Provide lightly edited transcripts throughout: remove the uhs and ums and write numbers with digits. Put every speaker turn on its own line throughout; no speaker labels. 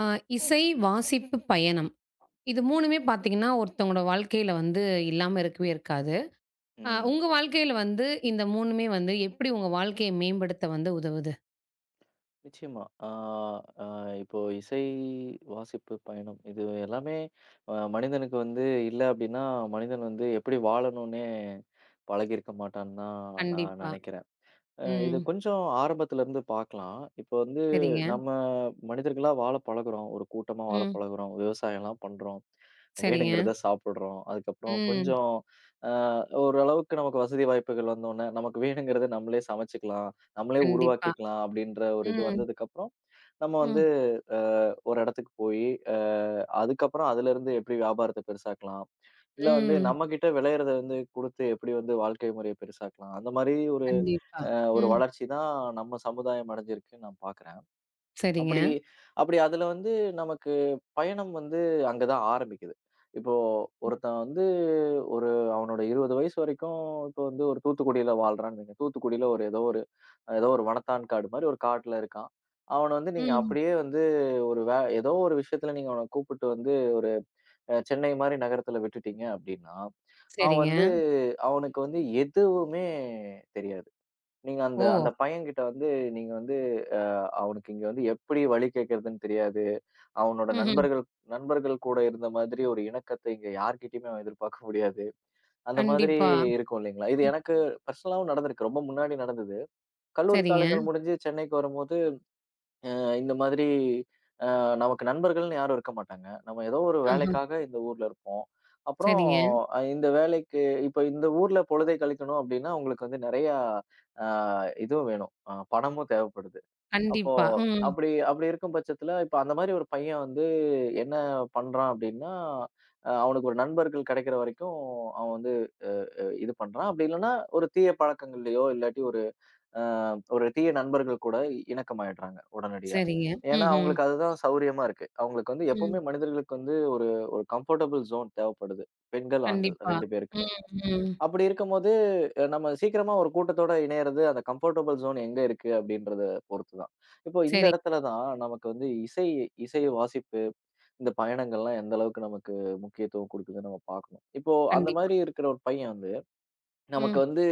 ஆ, இசை, வாசிப்பு, பயணம். இது 3மே பார்த்தீங்கன்னா, ஒருத்தவங்களோட வாழ்க்கையில இல்லாம இருக்கவே இருக்காது.
ம்.
உங்க வாழ்க்கையில இந்த 3மே எப்படி உங்க வாழ்க்கைய மேம்படுத்த வந்து உதவுது?
நிச்சயமா. ஆ அ இப்போ இசை வாசிப்பு பயணம் இது எல்லாமே மனிதனுக்கு வந்து இல்ல அப்டின்னா, மனிதன் வந்து எப்படி வாழணும்னே பழகியிருக்க மாட்டான்னு தான் நான்
கண்டிப்பா.
நெனைக்கிறேன். இது
ம்.
கொஞ்சம் ஆரம்பத்துலருந்து பார்க்கலாம். இப்போ வந்து
சரிங்க.
நம்ம மனிதர்களா வாழ பழகுறோம். ஒரு கூட்டமா வாழ
ம்.
பழகுறோம். விவசாயம்லாம் பண்றோம்.
சரிங்க.
வேணுங்கிறத சாப்பிடுறோம். அதுக்கப்புறம்
ம்.
கொஞ்சம் அ ஓரளவுக்கு நமக்கு வசதி வாய்ப்புகள் வந்தோனே, நமக்கு வேணுங்கிறத நம்மளே சமைச்சுக்கலாம். நம்மளே
கண்டிப்பா.
உருவாக்கிக்கலாம் அப்படின்ற ஒரு இது
ம்.
வந்ததுக்கப்புறம், நம்ம வந்து
ம்.
அ ஒரு இடத்துக்கு போயி, அ அதுக்கப்புறம் அதுலருந்து எப்படி வியாபாரத்த பெருசாக்கலாம்? இல்ல வந்து
ம்.
நம்மகிட்ட விளையறத வந்து குடுத்து எப்படி வந்து வாழ்க்கை முறைய பெருசாக்கலாம்? அந்த மாரி ஒரு
கண்டிப்பா.
ஒரு
ம்.
வளர்ச்சி தான் நம்ம சமுதாயம் அடைஞ்சிருக்குன்னு நான் பார்க்குறேன்.
சரிங்க.
அப்படி அப்படி அதுல வந்து நமக்கு பயணம் வந்து அங்க தான் ஆரம்பிக்குது. இப்போ ஒருத்தன் வந்து ஒரு அவனோட 20 வயசு வரைக்கும் இப்போ வந்து ஒரு தூத்துக்குடியில வாழ்றான்னு வைங்க. தூத்துக்குடியில ஒரு ஏதோ ஒரு வனத்தான் காடு மாரி ஒரு காட்டுல இருக்கான். அவன வந்து நீங்க
ம்.
அப்படியே வந்து ஒரு வே ஏதோ ஒரு விஷயத்துல நீங்க அவன கூப்பிட்டு வந்து ஒரு சென்னை மாரி நகரத்துல விட்டுட்டீங்க அப்படின்னா, அவன்
சரிங்க.
வந்து அவனுக்கு வந்து எதுவுமே தெரியாது. நீங்க அந்த
ஓ!
அந்த பையன்கிட்ட வந்து நீங்க வந்து அ அவனுக்கு இங்க வந்து எப்படி வழி கேட்கிறதுன்னு தெரியாது. அவனோட
ம்ஹ்ம்.
நண்பர்கள் நண்பர்கள் கூட இருந்த மாதிரி ஒரு இணக்கத்தை இங்க யார்கிட்டயுமே அவன் எதிர்பார்க்க முடியாது. அந்த மாதிரி
கண்டிப்பா. ம்.
இருக்கும் இல்லைங்களா? இது எனக்கு பர்சனலாவும் நடந்திருக்கு. ரொம்ப முன்னாடி நடந்தது. கல்லூரி
சரிங்க.
காலங்கள் முடிஞ்சு சென்னைக்கு வரும்போது இந்த மாதிரி நமக்கு நண்பர்கள்னு யாரும் இருக்க மாட்டாங்க. நம்ம ஏதோ ஒரு
ஆஹ.
வேலைக்காக இந்த ஊர்ல இருப்போம். அப்புறம்
சரிங்க.
ம். இந்த வேலைக்கு இப்ப இந்த ஊர்ல பொழுதை கழிக்கணும் அப்டின்னா, உங்களுக்கு வந்து நெறையா அ இதுவும் வேணும். பணமும் தேவைப்படுது. அப்போ
கண்டிப்பா. ம்.
அப்படி அப்படி இருக்கும் பட்சத்துல, இப்ப அந்த மாரி ஒரு பையன் வந்து என்ன பண்றான் அப்டின்னா, அவனுக்கு ஒரு நண்பர்கள் கெடைக்கிற வரைக்கும் அவன் வந்து இது பண்றான். அப்படி இல்லன்னா, ஒரு தீய பழக்கங்கள்லயோ, இல்லாட்டி ஒரு அ ஒரு தீய நண்பர்கள் கூட இணக்கமாயிடுறாங்க உடனடியா.
சரிங்க.
ஏன்னா,
ம்ஹ்ம்.
அவங்களுக்கு அதுதான் சௌரியமா இருக்கு. அவங்களுக்கு வந்து எப்பவுமே
ம்.
மனிதர்களுக்கு வந்து ஒரு ஒரு கம்ஃபர்டபுள் ஜோன் தேவைப்படுது. பெண்கள், ஆண்கள்
கண்டிப்பா.
2 பேருக்குமே.
ம், ம்.
அப்படி இருக்கும்போது நம்ம சீக்கிரமா ஒரு கூட்டத்தோட இணையறது அந்த கம்ஃபர்டபுள் ஜோன் எங்க இருக்கு அப்படின்றத பொறுத்து தான். இப்போ இந்த
சரி.
இடத்துல தான் நமக்கு வந்து இசை இசை வாசிப்பு, இந்த பயணங்கள்லாம் எந்த அளவுக்கு நமக்கு முக்கியத்துவம் குடுக்குதுன்னு நம்ம பார்க்கணும். இப்போ அந்த
கண்டிப்பா.
மாதிரி இருக்கிற ஒரு பையன் வந்து நமக்கு
ம்,
வந்து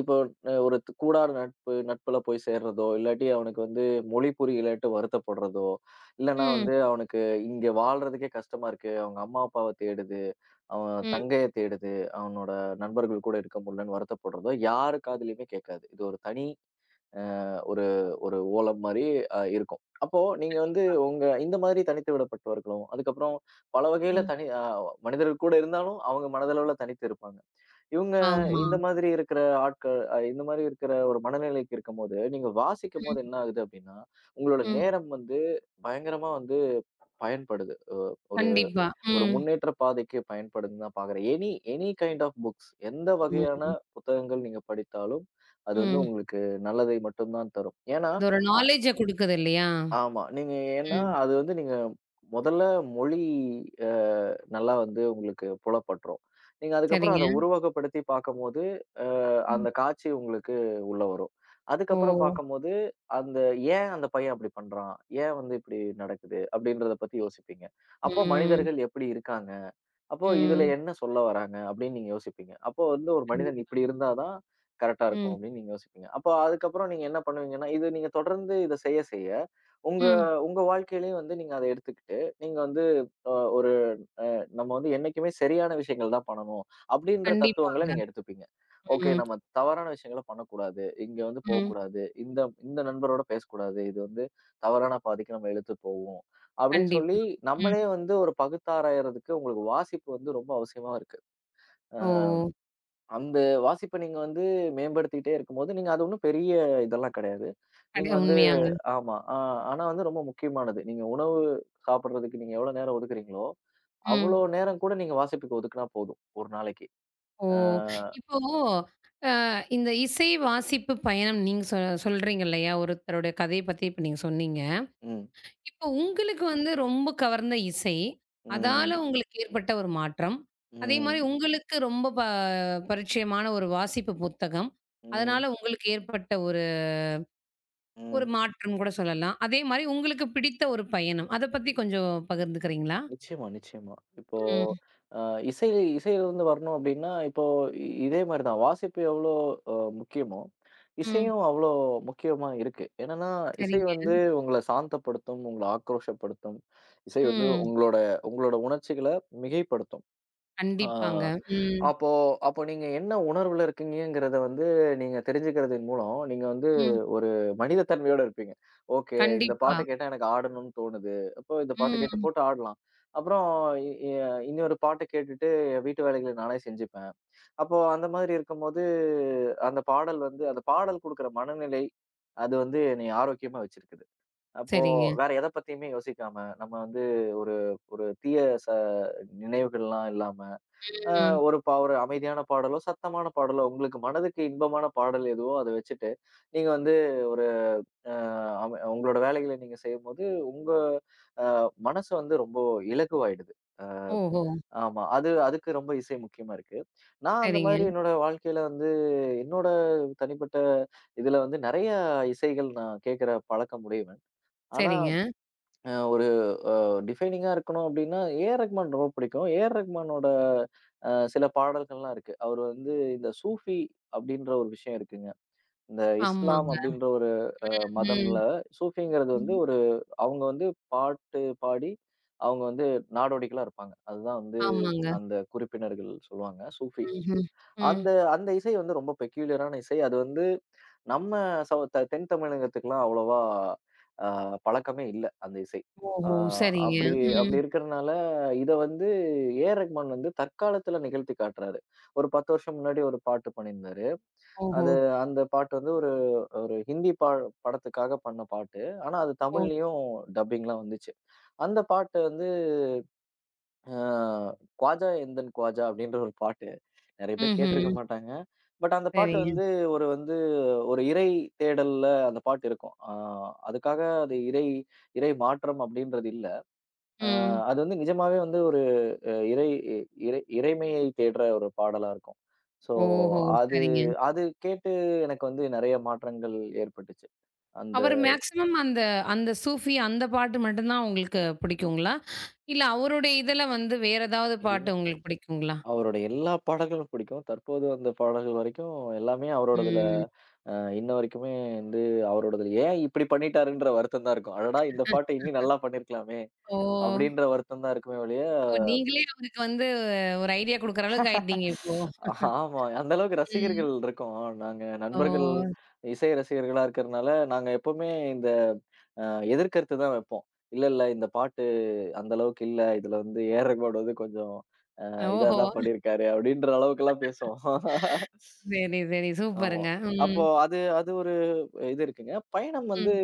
இப்போ ஒரு கூடாத நட்புல போய் சேர்றதோ, இல்லாட்டி அவனுக்கு வந்து மொழி புரியலன்ட்டு வருத்தப்படுறதோ, இல்லன்னா
ம்,
வந்து அவனுக்கு இங்க வாழ்றதுக்கே கஷ்டமா இருக்கு. அவங்க அம்மா, அப்பாவ தேடுது. அவன்
ம்.
தங்கைய தேடுது. அவனோட நண்பர்கள் கூட இருக்க முடியலன்னு வருத்தப்படுறதோ, யாரு காதுலயுமே கேட்காது. இது ஒரு தனி ஒரு ஒரு ஓலம் மாரி இருக்கும். அப்போ நீங்க வந்து
கண்டிப்பா.
உங்க இந்த மாதிரி தனித்து விடப்பட்டவர்களும், அதுக்கப்புறம் பல வகையில
ம்.
தனி மனிதர்கள் கூட இருந்தாலும் அவங்க மனதளவுல தனித்து இருப்பாங்க. இவங்க
ஆமா.
இந்த மாதிரி இருக்கிற ஆட்கள் இந்த மாதிரி இருக்கிற ஒரு மனநிலைக்கு இருக்கும்போது, நீங்க வாசிக்கும்போது
ம்,
என்ன ஆகுது அப்டின்னா, உங்களோட
ம்.
நேரம் வந்து பயங்கரமா வந்து பயன்படுது. ஒரு
கண்டிப்பா.
ஒரு
ம்,
முன்னேற்ற பாதைக்கு பயன்படுதுன்னு தான் பார்க்குறேன். Any any kind of books எந்த வகையான
ம்,
புத்தகங்கள் நீங்க படித்தாலும், அது வந்து
ம்.
உங்களுக்கு நல்லதை மட்டும் தான் தரும். ஏன்னா,
அது ஒரு
அ
நாலேட்ஜ குடுக்குது இல்லையா?
ஆமா. நீங்க ஏன்னா,
ம்.
அது வந்து நீங்க முதல்ல மொழி அ நல்லா வந்து உங்களுக்கு புலப்பட்டுரும். நீங்க அதுக்கப்புறம் அத
சரிங்க.
உருவகப்படுத்தி பார்க்கும்போது, அ
ம்.
அந்த காட்சி உங்களுக்கு உள்ள வரும்.
ஓ!
அதுக்கப்புறம் பார்க்கும்போது, அந்த ஏன் அந்த பையன் அப்படி பண்றான்? ஏன் வந்து இப்படி நடக்குது? அப்படின்றத பத்தி யோசிப்பீங்க. அப்போ
ம்,
மனிதர்கள் எப்படி இருக்காங்க? அப்போ இதுல
ம்.
என்ன சொல்ல வராங்க அப்படின்னு நீங்க யோசிப்பீங்க. அப்போ வந்து ஒரு
கண்டிப்
மனிதன் இப்படி இருந்தா தான் கரெக்ட்டா இருக்கும்
ம்,
அப்படின்னு நீங்க யோசிப்பீங்க. அப்போ அதுக்கப்புறம் நீங்க என்ன பண்ணுவீங்கன்னா, இது நீங்க தொடர்ந்து இத செய்ய செய்ய, உங்க
ம்.
உங்க வாழ்க்கையிலயும் வந்து நீங்க அத எடுத்துக்கிட்டு, நீங்க வந்து ஒரு நம்ம வந்து என்னைக்குமே சரியான விஷயங்கள் தான் பண்ணணும். அப்படின்ற தத்துவங்கள
கண்டிப்பாங்க.
நீங்க எடுத்துப்பீங்க. ஓகே
ம்,
நம்ம தவறான விஷயங்கள பண்ணக்கூடாது. இங்க வந்து
ம்.
போக்கூடாது. இந்த இந்த நண்பரோட பேசக்கூடாது. இது வந்து தவறான பாதைக்கு நம்ம இழுத்து போகும். அப்படின்னு சொல்லி
கண்டிப்பா. ம்.
நம்மளே வந்து ஒரு பகுத்தாராயறதுக்கு உங்களுக்கு வாசிப்பு வந்து ரொம்ப அவசியமா இருக்கு. அ
ஓ!
அந்த வாசிப்ப நீங்க வந்து மேம்படுத்திட்டே இருக்கும்போது, நீங்க அது ஒண்ணும் பெரிய இதெல்லாம் கிடையாது.
கட
நீங்க வந்து
உண்மையாங்க.
ஆமா. ஆனா வந்து ரொம்ப முக்கியமானது. நீங்க உணவு சாப்பிடுறதுக்கு நீங்க எவ்வளோ நேரம் ஒதுக்குறீங்களோ,
ம்.
அவ்வளோ நேரம் கூட நீங்க வாசிப்புக்கு ஒதுக்குனா போதும், ஒரு நாளைக்கு.
ஓ!
ஆ,
இப்போ அ இந்த இசை வாசிப்பு பயணம் நீங்க சொல்றீங்க இல்லையா? ஒருத்தருடைய கதைய பத்தி இப்ப நீங்க சொன்னீங்க.
ம்,
இப்போ உங்களுக்கு வந்து ரொம்ப கவர்ந்த இசை,
ம்,
அதால உங்களுக்கு ஏற்பட்ட ஒரு மாற்றம். அதே மாரி
ம்,
உங்களுக்கு ரொம்ப பரிச்சயமான ஒரு வாசிப்பு புத்தகம். அதனால
ம்,
உங்களுக்கு ஏற்பட்ட ஒரு ஒரு
ம்.
மாற்றம் கூட சொல்லலாம். அதே மாரி உங்களுக்கு பிடித்த ஒரு பயணம். அத பத்தி கொஞ்சம் பகிர்ந்துக்கிறீங்களா?
நிச்சயமா, நிச்சயமா. இப்போ
ம்,
அ இசை இசையிலிருந்து வரணும் அப்டின்னா, இப்போ இதே மாரி தான். வாசிப்பு எவ்வளோ முக்கியமோ,
ம்.
இசையும் அவ்வளோ முக்கியமா இருக்கு. என்னன்னா, இசை
சரிங்க.
வந்து உங்கள சாந்தப்படுத்தும், உங்கள ஆக்ரோஷப்படுத்தும். இசை வந்து
ம்.
உங்களோட உங்களோட உணர்ச்சிகள மிகைப்படுத்தும். ஆ.
கண்டிப்பாங்க. ம்,
அப்போ அப்போ நீங்க என்ன உணர்வுல இருக்கீங்கங்கிறத வந்து நீங்க தெரிஞ்சுக்கிறதன் மூலம், நீங்க வந்து
ம்.
ஒரு மனித தன்மையோட இருப்பீங்க. ஓகே, இந்த
கண்டிப்பா.
பாட்ட கேட்டா எனக்கு ஆடணும்னு தோணுது. அப்போ இந்த பாட்ட கேட்டு
ம்.
போட்டு ஆடலாம். அப்புறம் இ எ இன்னொரு பாட்ட கேட்டுட்டு என் வீட்டு வேலைகள நானே செஞ்சுப்பேன். அப்போ அந்த மாதிரி இருக்கும்போது, அந்த பாடல் குடுக்குற மனநிலை, அது வந்து என்னைய ஆரோக்கியமா வச்சிருக்குது. அப்போ
சரிங்க.
வேற எத பத்தியுமே யோசிக்காம, நம்ம வந்து ஒரு ஒரு தீய ச நினைவுகள்லாம் இல்லாம அ
ம்.
ஒரு ஒரு அமைதியான பாடலோ, சத்தமான பாடலோ, உங்களுக்கு மனதுக்கு இன்பமான பாடல் எதுவோ அத வச்சுட்டு, நீங்க வந்து ஒரு அ அம உங்களோட வேலைகள நீங்க செய்யும்போது, உங்க அ மனசு வந்து ரொம்ப இலகுவாயிடுது.
ஓஹோ!
ஆமா. அது அதுக்கு ரொம்ப இசை முக்கியமா இருக்கு. நான் அந்த
சரிங்க,
மாதிரி என்னோட வாழ்க்கையில வந்து, என்னோட தனிப்பட்ட இதுல வந்து நெறைய இசைகள் நான் கேட்கிற பழக்கம் உடையவன். ஆனா
சரிங்க.
ஒரு அ டிஃபைனிங்கா இருக்கணும் அப்டின்னா, ஏஆர் ரஹ்மான் ரொம்ப பிடிக்கும். ஏஆர் ரஹ்மானோட சில பாடல்கள்லாம் இருக்கு. அவரு வந்து இந்த சூஃபி அப்டின்ற ஒரு விஷயம் இருக்குங்க. இந்த இஸ்லாம்
ஆமாங்க.
அப்டின்ற ஒரு மதம்ல
ம்.
சூஃபிங்கிறது வந்து
ம்.
ஒரு அவங்க வந்து பாட்டு பாடி, அவங்க வந்து நாடோடிகளா இருப்பாங்க. அதுதான் வந்து
ஆமாங்க.
அந்த குறிப்பினர்கள் சொல்லுவாங்க. சூஃபி
ம்ஹ்ம். ம். ம்.
அந்த அந்த இசை வந்து ரொம்ப பெக்யூலியரான இசை. அது வந்து நம்ம சௌ த தென் தமிழகத்துக்குலாம் அவ்வளவா அ பழக்கமே இல்ல அந்த இசை. அ
ஓஹோ! சரிங்க.
அப்படி
ம்.
அப்படி இருக்கிறனால, இத வந்து ஏ.ஆர். ரஹ்மான் வந்து தற்காலத்துல நிகழ்த்தி காட்டுறாரு. ஒரு 10 வருஷம் முன்னாடி ஒரு பாட்டு பண்ணியிருந்தாரு.
ஓஹோ!
அது அந்த பாட்டு வந்து ஒரு ஒரு ஹிந்தி பா படத்துக்காக பண்ண பாட்டு. ஆனா அது
ஓ!
தமிழ்லயும் டப்பிங்லாம் வந்துச்சு. அந்த பாட்டு வந்து அ "ख्वाजा எந்தன் ख्वाजा" அப்படின்ற ஒரு பாட்டு. நெறைய பேர் கேட்டிருக்க
ம்ஹ்ம்.
மாட்டாங்க. பட் அந்த பாட்டு
சரிங்க.
வந்து ஒரு வந்து ஒரு இறை தேடல்ல அந்த பாட்டு இருக்கும். அதுக்காக அது இறை இறை மாற்றம் அப்படின்றது இல்ல. ஆ
ம்.
அது வந்து நிஜமாவே வந்து ஒரு அ இறை இ இறை இறைமையை தேடுற ஒரு பாடலா இருக்கும். ஸோ
ஓஹோ!
அது
சரிங்க.
அது கேட்டு எனக்கு வந்து நெறைய மாற்றங்கள் ஏற்பட்டுச்சு. அந்த
அவரு மேக்ஸிமம் அந்த அந்த சூஃபி அந்த பாட்டு மட்டும் தான் உங்களுக்கு பிடிக்குங்களா? இல்ல அவருடைய இதுல வந்து வேற ஏதாவது பாட்டு உங்களுக்கு பிடிக்குங்களா?
அவரோட எல்லா பாடல்களும் பிடிக்கும். தற்போது வந்த பாடல்கள் வரைக்கும் எல்லாமே அவரோடதுல
ம்.
அ இன்ன வரைக்குமே வந்து அவரோடது ஏன் இப்படி பண்ணிட்டாருன்ற வருத்தம் தான் இருக்கும். அடடா! இந்த பாட்ட இன்னும் நல்லா பண்ணியிருக்கலாமே!
ஓ!
அப்படின்ற வருத்தம் தான் இருக்குமே ஒழிய
ஓ! நீங்களே அவருக்கு வந்து ஒரு ஐடியா குடுக்குற அளவுக்கு ஆயிட்டீங்க இப்போ.
ஆமா. அந்த அளவுக்கு
ம்.
ரசிகர்கள் இருக்கோம். நாங்க
ஓ!
நண்பர்கள் இசை ரசிகர்களா இருக்கிறனால, நாங்க எப்பவுமே இந்த அ எதிர்கருத்து தான் வைப்போம். இல்ல இந்த பாட்டு அந்த அளவுக்கு இல்ல. இதுல வந்து ஏஆர் ரகுமான் வந்து கொஞ்சம் இதா
ஓஹோ!
தான் பண்ணியிருக்காரு அப்படின்ற அளவுக்கெல்லாம் பேசுவோம்.
சரி, சரி.
ஆமா.
சூப்பருங்க. ம்.
அப்போ அது அது ஒரு இது இருக்குங்க.
ம்.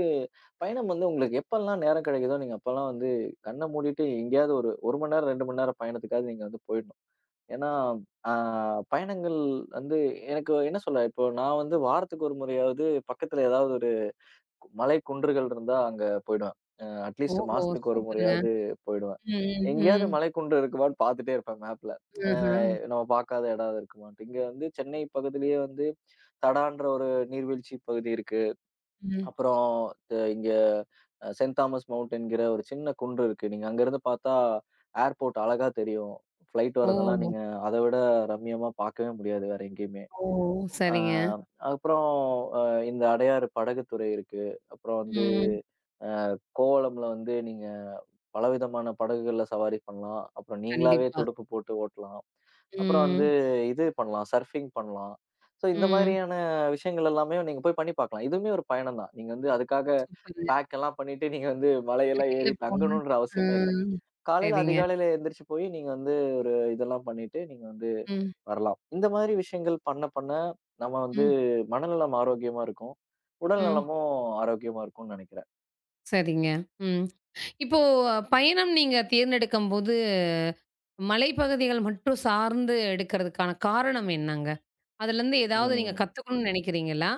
பயணம் வந்து உங்களுக்கு எப்பல்லாம் நேரம் கிடைக்குதோ, நீங்க அப்பல்லாம் வந்து கண்ண மூடிட்டு எங்கேயாவது ஒரு 1 மணி நேரம், 2 மணி நேரம் பயணத்துக்காவது நீங்க வந்து போயிடணும். ஏன்னா, ஆ பயணங்கள் வந்து எனக்கு என்ன சொல்ல, இப்போ நான் வந்து வாரத்துக்கு ஒரு முறையாவது பக்கத்துல ஏதாவது ஒரு மலை குன்றுகள் இருந்தா அங்க போயிடுவேன். அட்லீஸ்ட்
ஓஹோ!
மாசத்துக்கு ஒரு
சூப்பருங்க.
முறையாவது போயிடுவேன்.
ம், ம்,
எங்கேயாவது
ம்.
மலைக்குன்று இருக்குமான்னு பார்த்துட்டே இருப்பேன் மேப்ல. அ
ஆஹ.
நம்ம பார்க்காத இடம் இருக்குமான்ட்டு. இங்க வந்து சென்னை பக்கத்திலேயே வந்து தடான்ற ஒரு நீர்வீழ்ச்சி பகுதி இருக்கு.
ம்.
அப்புறம் இங்க செயிண்ட் தாமஸ் மவுண்ட் என்கிற ஒரு சின்ன குன்று இருக்கு. நீங்க அங்கருந்து பார்த்தா ஏர்போர்ட் அழகா தெரியும். ஃப்ளைட் வரதெல்லாம்
ஓ!
நீங்க அத விட ரம்மியமா பார்க்கவே முடியாது வேற எங்கேயுமே.
ஓ!
ஆ
சரிங்க.
அப்புறம் அ இந்த அடையாறு படகுத்துறை இருக்கு. அப்புறம் வந்து
ம்.
அ கோவளம்ல வந்து நீங்க பலவிதமான படகுகள்ல சவாரி பண்ணலாம். அப்புறம் நீங்களாவே
கண்டிப்பா.
துடுப்பு போட்டு ஓட்டலாம். அப்புறம் வந்து
ம்.
இது பண்ணலாம். சர்ஃபிங் பண்ணலாம். ஸோ இந்த
ம்.
மாதிரியான விஷயங்கள் எல்லாமே நீங்க போய் பண்ணி பார்க்கலாம். இதுவுமே ஒரு பயணம் தான். நீங்க வந்து அதுக்காக
சூப்பருங்க.
பேக் எல்லாம் பண்ணிட்டு நீங்க வந்து மலையெல்லாம்
வெளில
ஏறி தங்கணுன்ற
போணுன்ட்டு. ஆ.
அவசியமே இல்ல. காலையில
சரிங்க.
அதிகாலையில எந்திரிச்சு போய் நீங்க வந்து ஒரு இதெல்லாம் பண்ணிட்டு நீங்க வந்து
ம்.
வரலாம். இந்த மாதிரி விஷயங்கள் பண்ண பண்ண நம்ம வந்து
ம்.
மனநலம் ஆரோக்கியமா இருக்கும். உடல்
ம்.
நலமும் ஆரோக்கியமா இருக்கும்னு நினைக்கிறேன்.
சரிங்க. ம். இப்போ பயணம் நீங்க தேர்ந்தெடுக்கும்போது, மலைப்பகுதிகள் மட்டும் சார்ந்து எடுக்கிறதுக்கான காரணம் என்னங்க? அதுலருந்து ஏதாவது நீங்க
ம்.
கத்துக்கணும்னு நெனைக்கிறீங்களா?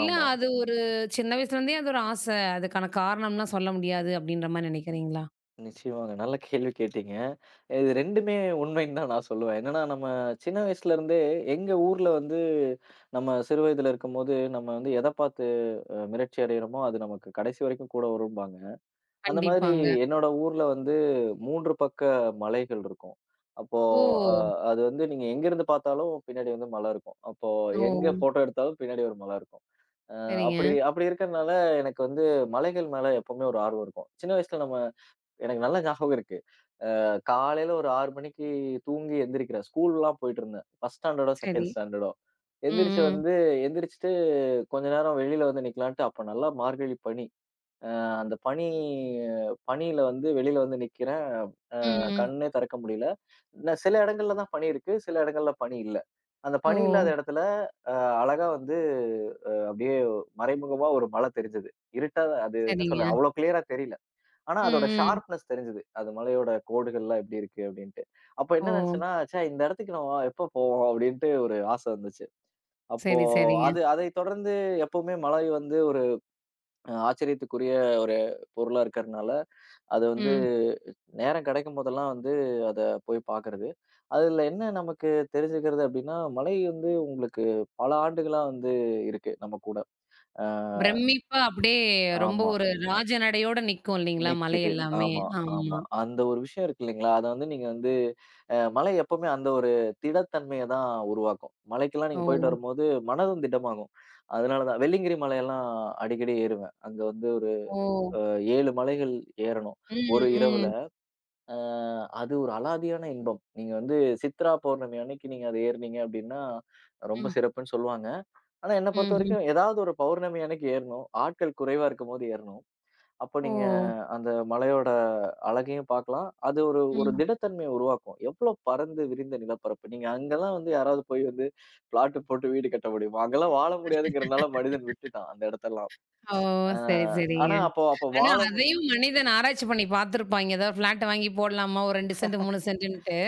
இல்ல
ஆமா.
அது ஒரு சின்ன வயசுலருந்தே அது ஒரு ஆச. அதுக்கான காரணம்லாம் சொல்ல முடியாது அப்டின்ற மாரி நெனைக்கிறீங்களா?
நிச்சயமாங்க. நல்ல கேள்வி கேட்டீங்க. இது 2மே உண்மைன்னு தான் நான் சொல்லுவேன். என்னன்னா, நம்ம சின்ன வயசுலருந்தே எங்க ஊர்ல வந்து நம்ம சிறு வயதில இருக்கும்போது, நம்ம வந்து எத பார்த்து மிரட்சி அடையிறோமோ, அது நமக்கு கடைசி வரைக்கும் கூட வரும்பாங்க. அந்த மாதிரி
கண்டிப்பாங்க.
என்னோட ஊர்ல வந்து 3 பக்க மலைகள் இருக்கும். அப்போ அ
ஓ!
அது வந்து நீங்க எங்கேருந்து பார்த்தாலும் பின்னாடி வந்து மலை இருக்கும். அப்போ
ஓ!
எங்க ஃபோட்டோ எடுத்தாலும் பின்னாடி ஒரு மலை இருக்கும்.
சரிங்க.
அப்படி அப்படி இருக்கிறனால எனக்கு வந்து மலைகள் மேல எப்பவுமே ஒரு ஆர்வம் இருக்கும். சின்ன வயசுல நம்ம எனக்கு நல்ல ஞாபகம் இருக்கு. காலையில ஒரு 6 மணிக்கு தூங்கி எந்திரிக்கிறேன். ஸ்கூல்லாம் போயிட்டுருந்தேன். 1 ஸ்டாண்டர்டோ,
சரி.
2 ஸ்டாண்டர்டோ.
ம்.
எந்திரிச்சு
ம்.
வந்து எந்திரிச்சுட்டு கொஞ்ச நேரம் வெளியில வந்து நிக்கலான்ட்டு, அப்ப நல்லா மார்கழி பனி. அ அந்த பனி பனியில வந்து வெளியில வந்து நிக்கிறேன்.
ம்.
கண்ணே திறக்க முடியல. சில இடங்கள்ல தான் பனி இருக்கு. சில இடங்கள்ல பனி இல்ல. அந்த
ஓ!
பனி இல்லாத இடத்துல அ அழகா வந்து அப்படியே மறைமுகமா ஒரு மலை தெரிஞ்சது. இருட்டா அது என்ன
சரிங்க.
சொல்ல அவ்வளோ கிளியரா தெரியல. ஆனா அதோட
ம், ம்.
ஷார்ப்னஸ் தெரிஞ்சது. அது மலையோட கோடுகள்லாம் எப்படி இருக்கு அப்டின்ட்டு. அப்ப
ஓ!
என்ன நினச்சேன்னா, ச்சே இந்த இடத்துக்கு நம்ம எப்ப போவோம் அப்டின்ட்டு ஒரு ஆசை வந்துச்சு. அப்போ
சரி, சரிங்க.
அது அதை தொடர்ந்து எப்பவுமே மலை வந்து ஒரு ஆச்சரியத்துக்குரிய ஒரு பொருளா இருக்கறனால, அது வந்து
ம்.
நேரம் கிடைக்கும்போதெல்லாம் வந்து அத போய் பார்க்கறது. அதுல என்ன நமக்கு தெரிஞ்சுக்கிறது அப்டின்னா, மலை வந்து உங்களுக்கு பல ஆண்டுகளா வந்து இருக்கு நம்ம கூட. ஆ
பிரமிப்பா அப்படியே ரொம்ப
ஆமா.
ஒரு ராஜ நடையோட நிக்கும் இல்லைங்களா? மலை
நிக்கிது.
எல்லாமே.
ஆமா,
ஆமா.
ஆமா. அந்த ஒரு விஷயம் இருக்கு இல்லைங்களா? அத வந்து நீங்க வந்து மழை எப்பவுமே அந்த ஒரு திடத்தன்மைய தான் உருவாக்கும். மலைக்கெல்லாம் நீங்க போயிட்டு
ஓ!
வரும்போது மனதும் திடமாகும். அதனால தான் வெள்ளியங்கிரி மலையெல்லாம் அடிக்கடி ஏறுவேன். அங்க வந்து ஒரு
ஓ!
அ 7 மலைகள் ஏறணும்.
ம்,
ஒரு
ம்,
இரவுல. அ அது ஒரு அலாதியான இன்பம். நீங்க வந்து சித்ரா பௌர்ணமி அன்னைக்கு நீங்க அத ஏறுனீங்க அப்டின்னா, ரொம்ப
ம்,
சிறப்புன்னு சொல்லுவாங்க. ஆனா என்ன
ம்ஹ்ம்.
பொறுத்தவரைக்கும் ஏதாவது ஒரு பௌர்ணமி அன்னைக்கு ஏறணும். ஆட்கள் குறைவா இருக்கும்போது ஏறணும். அப்ப
ஓ!
நீங்க அந்த மலையோட அழகையும் பார்க்கலாம். அது ஒரு ஒரு
ம்.
திடத்தன்மைய உருவாக்கும். எவ்ளோ பரந்து விரிந்த நிலப்பரப்பு. நீங்க அங்கலாம் வந்து யாராவது போய் வந்து பிளாட்டு போட்டு வீடு கட்ட முடியுமா? அங்கலாம் வாழ முடியாதுங்கிறனால மனிதன் விட்டுட்டான் அந்த இடத்தெல்லாம்.
ஓ!
அ
சரி, சரிங்க.
ஆனா அப்போ அப்போ
ஆனா
வாழ முடி
அதையும் மனிதன் ஆராய்ச்சி பண்ணி பார்த்துருப்பாய்ங்க. ஏதாவது ஃப்ளாட் வாங்கி போடலாமா? ஒரு 2 சென்ட், 3 சென்ட்டுன்ட்டு.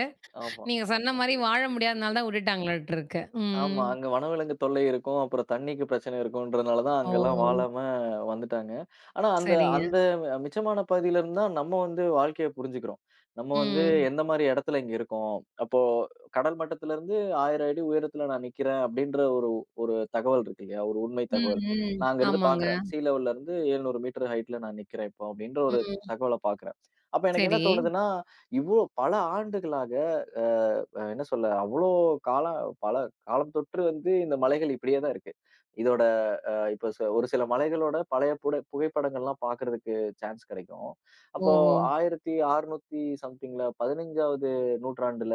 ஆமா.
நீங்க சொன்ன மாரி வாழ முடியாதனால தான் விட்டுட்டாங்களாட்டுருக்கு.
ஆமா.
ம்.
அங்க வனவிலங்கு தொல்லை இருக்கும். அப்புறம் தண்ணீக்கு பிரச்சனை இருக்குன்றனால தான்
ஓ!
அங்கலாம் வாழாம வந்துட்டாங்க. ஆனா அந்த
சரிங்க.
அந்த மிச்சமான பகுதியிலருந்து தான் நம்ம வந்து வாழ்க்கைய புரிஞ்சுக்கிறோம். நம்ம வந்து
ம்.
எந்த மாரி இடத்துல இங்க இருக்கோம். அப்போ கடல் மட்டத்திலருந்து 1000 அடி உயரத்துல நான் நிக்கிறேன் அப்டின்ற ஒரு ஒரு தகவல் இருக்கு இல்லையா? ஒரு உண்மை
ம்,
தகவல்.
ம்.
நான் அங்கருந்து
ஆமாங்க.
பாக்குறேன். சீ லெவல்லருந்து 700 மீட்டர் ஹைட்ல நான் நிக்கிறேன் இப்போ அப்டின்ற ஒரு
ம்.
தகவல பாக்குறேன். அப்ப எனக்கு என்ன
சரி.
தோணுதுன்னா, இவ்ளோ பல ஆண்டுகளாக அ என்ன சொல்ல? அவ்ளோ காலம் பல காலம் தொற்று வந்து இந்த மலைகள் இப்படியே தான் இருக்கு. இதோட இப்ப ஒரு சில மலைகளோட பழைய புகைப்படங்கள்லாம் பார்க்கறதுக்கு சான்ஸ் கிடைக்கும். அப்போ
ஓஹோ!
1600 சம்திங்ல 15வது நூற்றாண்டுல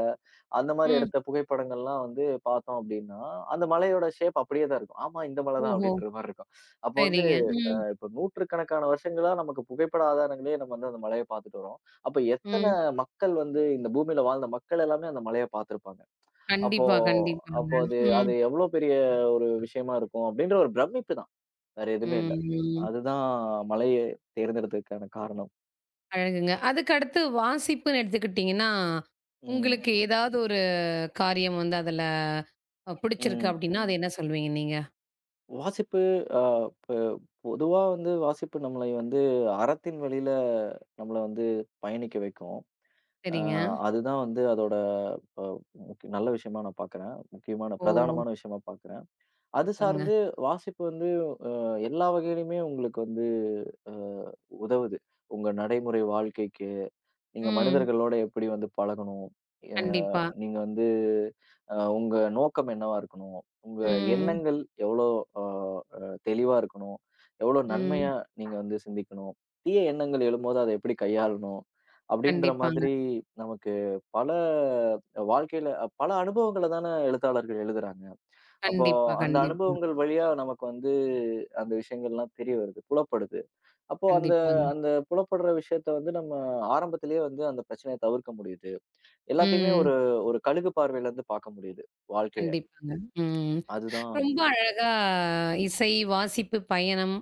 அந்த மாரி
ம்.
எடுத்த புகைப்படங்கள்லாம் வந்து பார்த்தோம் அப்படின்னா, அந்த மலையோட ஷேப் அப்படியே தான் இருக்கும். ஆமா இந்த மலை தான்
ஓஹோ!
அப்படின்ற மாரி இருக்கும். அப்போ வந்து
சரிங்க. ம்.
இப்ப நூற்றுக்கணக்கான வருஷங்களா நமக்கு புகைப்பட ஆதாரங்களே நம்ம வந்து அந்த மலைய பார்த்துட்டு வரோம். அப்ப எத்தன
ம்.
மக்கள் வந்து இந்த பூமியில வாழ்ந்த மக்கள் எல்லாமே அந்த மலைய பார்த்திருப்பாங்க. அப்போ
கண்டிப்பா, கண்டிப்பாங்க.
அப்போ அது
ம்.
அது எவ்ளோ பெரிய ஒரு விஷயமா இருக்கும் அப்டின்ற ஒரு பிரமிப்பு தான். வேற எதுவுமே இல்ல.
ம். ம்.
அதுதான் மலைய தேர்ந்தெடுத்ததுக்கான காரணம்.
அழகுங்க. அதுக்கு அடுத்து வாசிப்புன்னு எடுத்துக்கிட்டீங்கன்னா,
ம்,
உங்களுக்கு ஏதாவது ஒரு காரியம் வந்து அதுல பிடிச்சிருக்கு
ம்.
அப்டின்னா, அது என்ன சொல்வீங்க நீங்க?
வாசிப்பு அ பொ பொதுவா வந்து வாசிப்பு நம்மளை வந்து அறத்தின் வழியில நம்மள வந்து பயணிக்க வைக்கும். அ
சரிங்க.
அதுதான் வந்து அதோட அ முக் நல்ல விஷயமா நான் பார்க்குறேன். முக்கியமான
ஓ!
பிரதானமான விஷயமா பார்க்குறேன். அது
சூப்பருங்க.
சார்ந்து வாசிப்பு வந்து எல்லா வகையிலுமே உங்களுக்கு வந்து அ உதவுது. உங்க நடைமுறை வாழ்க்கைக்கு, நீங்க
ம்.
மனிதர்களோட எப்படி வந்து பழகணும்? அ
கண்டிப்பா.
நீங்க வந்து உங்க நோக்கம் என்னவா இருக்கணும்? உங்க
ம்.
எண்ணங்கள் எவ்வளோ அ அ தெளிவா இருக்கணும்? எவ்வளோ
ம்.
நன்மையா நீங்க வந்து சிந்திக்கணும்? தீய எண்ணங்கள் எழும்போது அத எப்படி கையாளணும்? அப்படின்ற
கண்டிப்பாங்க.
மாதிரி நமக்கு பல வாழ்க்கையில பல அனுபவங்கள தான எழுத்தாளர்கள் எழுதுறாங்க. அப்போ
கண்டிப்பா,
அந்த
கண்டிப்பா.
அனுபவங்கள் வழியா நமக்கு வந்து அந்த விஷயங்கள்லாம் தெரிய வருது, புலப்படுது. அப்போ அந்த
கண்டிப்பாங்க.
அந்த புலப்படுற விஷயத்த வந்து நம்ம ஆரம்பத்திலேயே வந்து அந்த பிரச்சனைய தவிர்க்க முடியுது. எல்லாத்தையுமே
ம்.
ஒரு ஒரு கழுகு பார்வையில இருந்து பார்க்க முடியுது, வாழ்க்கைய.
கண்டிப்பாங்க. ம்.
அதுதான்
ரொம்ப
முக்கியம்.
அழகா இசை, வாசிப்பு, பயணம்.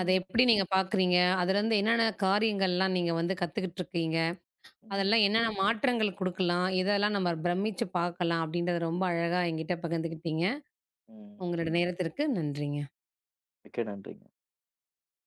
அத எப்படி நீங்க பார்க்குறீங்க? அதுலருந்து என்னென்ன காரியங்கள்லாம் நீங்க வந்து கத்துக்கிட்டுருக்கீங்க? அதெல்லாம்
ம்,
என்னென்ன மாற்றங்கள் குடுக்கலாம்? எதெல்லாம் நம்ம பிரமிச்சு பார்க்கலாம்? அப்படின்றத ரொம்ப அழகா என்கிட்ட பகிர்ந்துக்கிட்டீங்க.
ம்.
உங்களோட நேரத்திற்கு நன்றிங்க.
மிக்க நன்றி.